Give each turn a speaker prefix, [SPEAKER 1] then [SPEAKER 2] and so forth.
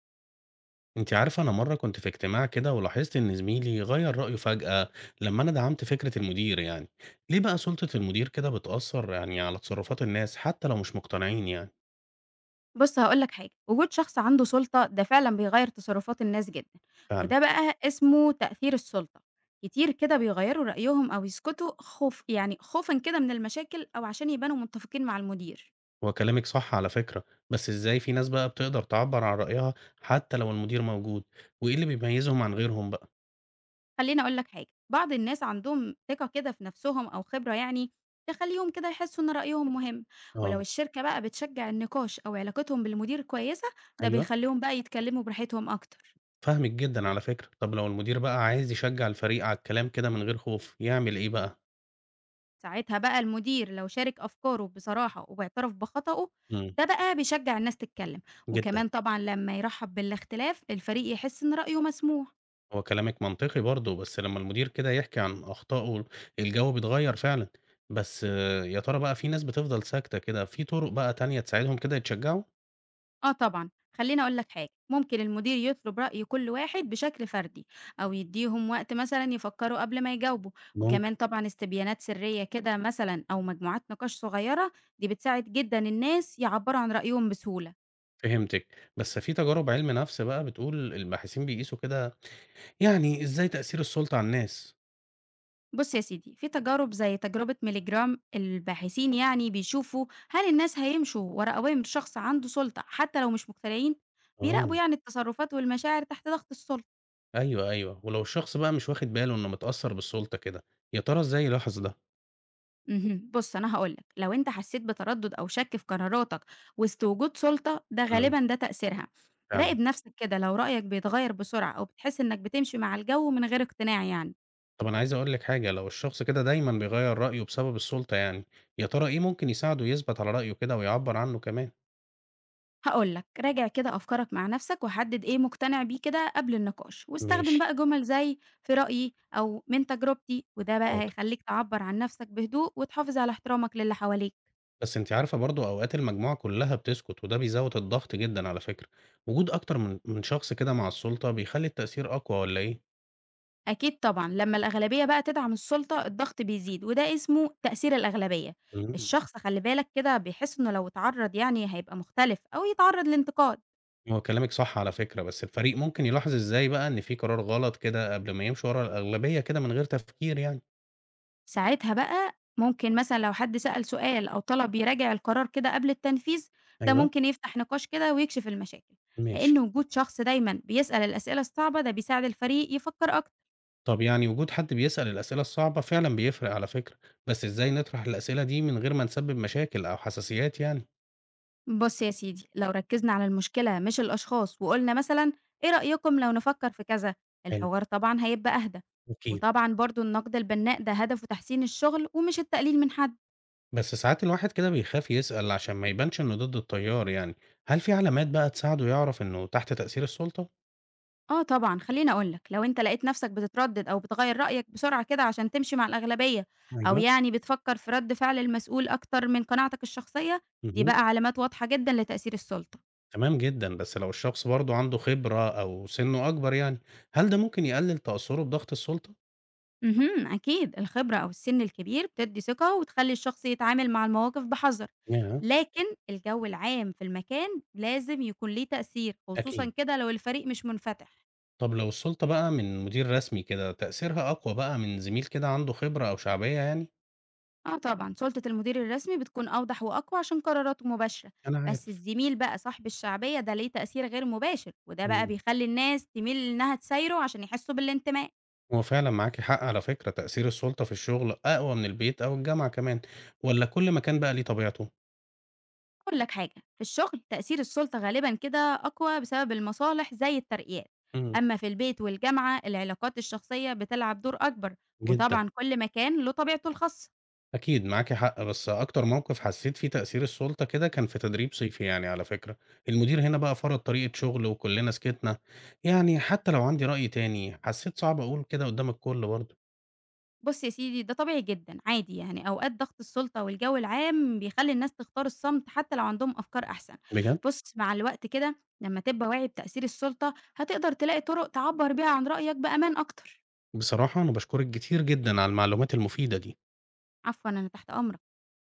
[SPEAKER 1] انت عارفة، انا مرة كنت في اجتماع كده ولاحظت ان زميلي غير رأيه فجأة لما انا دعمت فكرة المدير ليه بقى سلطة المدير كده بتأثر على تصرفات الناس حتى لو مش مقتنعين
[SPEAKER 2] بُص هاقول لك حاجة، وجود شخص عنده سُلطة ده فعلًا بيغيّر تصرفات الناس جدًا،
[SPEAKER 1] فعلا.
[SPEAKER 2] وده بقى اسمه تأثير السُلطة. كتير كده بيغيّروا رأيهم أو يسكتوا خوف خوفًا كده من المشاكل أو عشان يبانوا متفقين مع المدير.
[SPEAKER 1] هو كلامك صح على فكرة. بس ازاي في ناس بقى بتقدر تعبر عن رأيها حتى لو المدير موجود؟ وايه اللي بيميزهم عن غيرهم بقى؟
[SPEAKER 2] خلّيني أقول لك حاجة، بعض الناس عندهم ثقة كده في نفسهم أو خبرة تخلّيهم كده يحسّوا إن رأيهم مهم، ولو
[SPEAKER 1] اه.
[SPEAKER 2] الشركة بقى بتشجّع النقاش أو علاقتهم بالمدير كويسة، ده
[SPEAKER 1] ايوه،
[SPEAKER 2] بيخلّيهم بقى يتكلموا براحتهم أكتر.
[SPEAKER 1] فاهمك جدا على فكرة. طب لو المدير بقى عايز يشجع الفريق على الكلام كده من غير خوف، يعمل ايه بقى؟
[SPEAKER 2] ساعتها بقى المدير لو شارك أفكاره بصراحة واعترف بخطأه،
[SPEAKER 1] امم
[SPEAKER 2] ده بقى بيشجع الناس تتكلم. وكمان
[SPEAKER 1] جدا.
[SPEAKER 2] طبعا لما يرحب بالاختلاف، الفريق يحس إن رأيه مسموع.
[SPEAKER 1] هو كلامِك منطقي برضه، بس لمّا المدير كده يحكي عن أخطائه الجو بيتغيّر فعلًا، بس آه، يا ترى بقى في ناس بتفضل ساكتة كده، في طرق بقى تانية تساعدهم كده يتشجعوا؟
[SPEAKER 2] آه طبعا، خليني أقول لك حاجة، ممكن المدير يطلب رأي كل واحد بشكل فردي، أو يديهم وقت مثلا يفكروا قبل ما يجاوبوا.
[SPEAKER 1] ممكن.
[SPEAKER 2] وكمان طبعا استبيانات سرية كده مثلا أو مجموعات نقاش صغيرة، دي بتساعد جدا الناس يعبروا عن رأيهم بسهولة.
[SPEAKER 1] فهمتِك. بس في تجارب عِلم نَفْس بقى بتقول الباحثين بيقيسوا كده إزاي تأثير السُلطة على الناس.
[SPEAKER 2] بص يا سيدي، في تجارب زي تجربة ميليجرام، الباحثين بيشوفوا هل الناس هيمشوا ورا أوامر شخص عنده سلطة حتى لو مش مقتنعين. بيراقبوا
[SPEAKER 1] آه،
[SPEAKER 2] التصرفات والمشاعر تحت ضغط السلطة.
[SPEAKER 1] أيوه، أيوه، ولو الشخص بقى مش واخد باله إنه متأثّر بالسُلطة كده، يا ترى إزاي يلاحظ ده؟
[SPEAKER 2] مهم. بص أنا هقولك، لو أنت حسيت بتردد أو شك في قراراتك وسط وجود سلطة، ده
[SPEAKER 1] إمم،
[SPEAKER 2] غالبا ده تأثيرها.
[SPEAKER 1] فعلًا.
[SPEAKER 2] راقب نفسك كده، لو رأيك بيتغير بسرعة أو بتحس إنك بتمشي مع الجو من غير اقتناع
[SPEAKER 1] طب أنا عايز أقول لِك حاجة، لو الشخص كده دايمًا بيغيّر رأيه بسبب السُلطة، يا ترى إيه ممكن يساعده يثبت على رأيه كده ويعبّر عنه كمان؟
[SPEAKER 2] هاقول لك، راجع كده أفكارك مع نفسك وحدد إيه مقتنع بيه كده قبل النقاش، واستخدم
[SPEAKER 1] ماشي،
[SPEAKER 2] بقى جمل زي في رأيي أو من تجربتي، وده بقى
[SPEAKER 1] حاضر.
[SPEAKER 2] هيخليك تعبر عن نفسك بهدوء وتحافظ على احترامك للي حواليك.
[SPEAKER 1] بس أنتِ عارفة برضه أوقات المجموعة كلّها بتسكت وده بيزوّد الضغط جدًا على فكرة. وجود أكتر من شخص كده مع السُلطة بيخلّي التأثير أقوى والّا إيه؟
[SPEAKER 2] أكيد طبعا لما الأغلبية بقى تدعم السلطة، الضغط بيزيد، وده اسمه تأثير الأغلبية.
[SPEAKER 1] إمم.
[SPEAKER 2] الشخص خلي بالك كده بيحس إنه لو اتعرض هيبقى مختلف أو يتعرض لانتقاد.
[SPEAKER 1] هو كلامِك صح على فكرة، بس الفريق ممكن يلاحظ إزاي بقى إن في قرار غلط كده قبل ما يمشوا ورا الأغلبية كده من غير تفكير؟
[SPEAKER 2] ساعتها بقى ممكن مثلًا لو حد سأل سؤال أو طلب يراجع القرار كده قبل التنفيذ، ده
[SPEAKER 1] أيوه،
[SPEAKER 2] ممكن يفتح نقاش كده ويكشف المشاكل،
[SPEAKER 1] ماشي.
[SPEAKER 2] لإن وجود شخص دايمًا بيسأل الأسئلة الصعبة ده بيساعد الفريق يفكر أكتر.
[SPEAKER 1] طب وجود حد بيسأل الأسئلة الصعبة فعلا بيفرق على فكرة، بس إزاي نطرح الأسئلة دي من غير ما نسبب مشاكل أو حساسيات
[SPEAKER 2] بُص يا سيدي، لو ركزنا على المشكلة مش الأشخاص، وقلنا مثلًا إيه رأيكم لو نفكر في كذا،
[SPEAKER 1] حلو،
[SPEAKER 2] الحوار طبعًا هيبقى أهدى.
[SPEAKER 1] أكيد.
[SPEAKER 2] وطبعًا برضه النقد البناء ده هدفه تحسين الشغل ومش التقليل من حد.
[SPEAKER 1] بس ساعات الواحد كده بيخاف يسأل عشان ما يبانش إنه ضد التيار هل في علامات بقى تساعده يعرف إنه تحت تأثير السلطة؟
[SPEAKER 2] آه طبعًا، خلّيني أقول لك، لو أنت لقيت نَفْسك بتتردد أو بتغيّر رأيك بسرعة كده عشان تمشي مع الأغلبية، أو
[SPEAKER 1] ايوه،
[SPEAKER 2] بتفكّر في رَد فعل المسؤول أكتر من قناعتك الشخصية، دي
[SPEAKER 1] مهم.
[SPEAKER 2] بقى علامات واضحة جدًا لتأثير السُلطة.
[SPEAKER 1] تمام جدا، بس لو الشخص برضه عنده خبرة أو سنه أكبر هل ده ممكن يقلل تأثره بضغط السلطة؟
[SPEAKER 2] اهم، أكيد الخبرة أو السِن الكبير بتدّي ثقة وتخلّي الشخص يتعامل مع المواقف بحَذَر،
[SPEAKER 1] yeah.
[SPEAKER 2] لكن الجو العام في المكان لازم يكون ليه تأثير، خصوصًا
[SPEAKER 1] أكيد.
[SPEAKER 2] كده لو الفريق مش منفتح.
[SPEAKER 1] طب لو السلطة بقى من مدير رسمي كده تأثيرها أقوى بقى من زميل كده عنده خبرة أو شعبية؟
[SPEAKER 2] اه طبعا سلطة المدير الرسمي بتكون أوضح وأقوى عشان قراراته مباشرة،
[SPEAKER 1] أنا
[SPEAKER 2] بس
[SPEAKER 1] عارف.
[SPEAKER 2] الزميل بقى صاحب الشعبية ده ليه تأثير غير مباشر، وده بقى
[SPEAKER 1] إمم،
[SPEAKER 2] بيخلي الناس تميل إنها تسايره عشان يحسوا بالانتماء.
[SPEAKER 1] هو فعلًا معاكِ حق على فكرة، تأثير السُلطة في الشغل أقوى من البيت أو الجامعة كمان، والّا كل مكان بقى ليه طبيعته؟
[SPEAKER 2] أقول لك حاجة، في الشغل تأثير السلطة غالبا كده أقوى بسبب المصالح زي الترقيات،
[SPEAKER 1] إمم،
[SPEAKER 2] أما في البيت والجامعة العلاقات الشخصية بتلعب دور أكبر،
[SPEAKER 1] جدًا،
[SPEAKER 2] وطبعا كل مكان له طبيعته الخاصة.
[SPEAKER 1] أكيد معاكِ حق. بس أكتر موقف حسيت فيه تأثير السُلطة كده كان في تدريب صيفي على فكرة، المدير هنا بقى فرض طريقة شغل وكلنا سكتنا، يعني حتى لو عندي رأي تاني حسيت صعب أقول كده قدّام الكل برضه.
[SPEAKER 2] بُص يا سيدي، ده طبيعي جدًا، عادي أوقات ضغط السُلطة والجو العام بيخلّي الناس تختار الصمت حتى لو عندهم أفكار أحسن.
[SPEAKER 1] بجد؟
[SPEAKER 2] بُص، مع الوقت كده لمّا تبقى واعي بتأثير السُلطة، هتقدر تلاقي طُرق تعبّر بيها عن رأيك بأمان أكتر.
[SPEAKER 1] بصراحة أنا باشكرِك كتير جدًا على المعلومات المفيدة دي.
[SPEAKER 2] عفوًا، أنا تحت أمرك.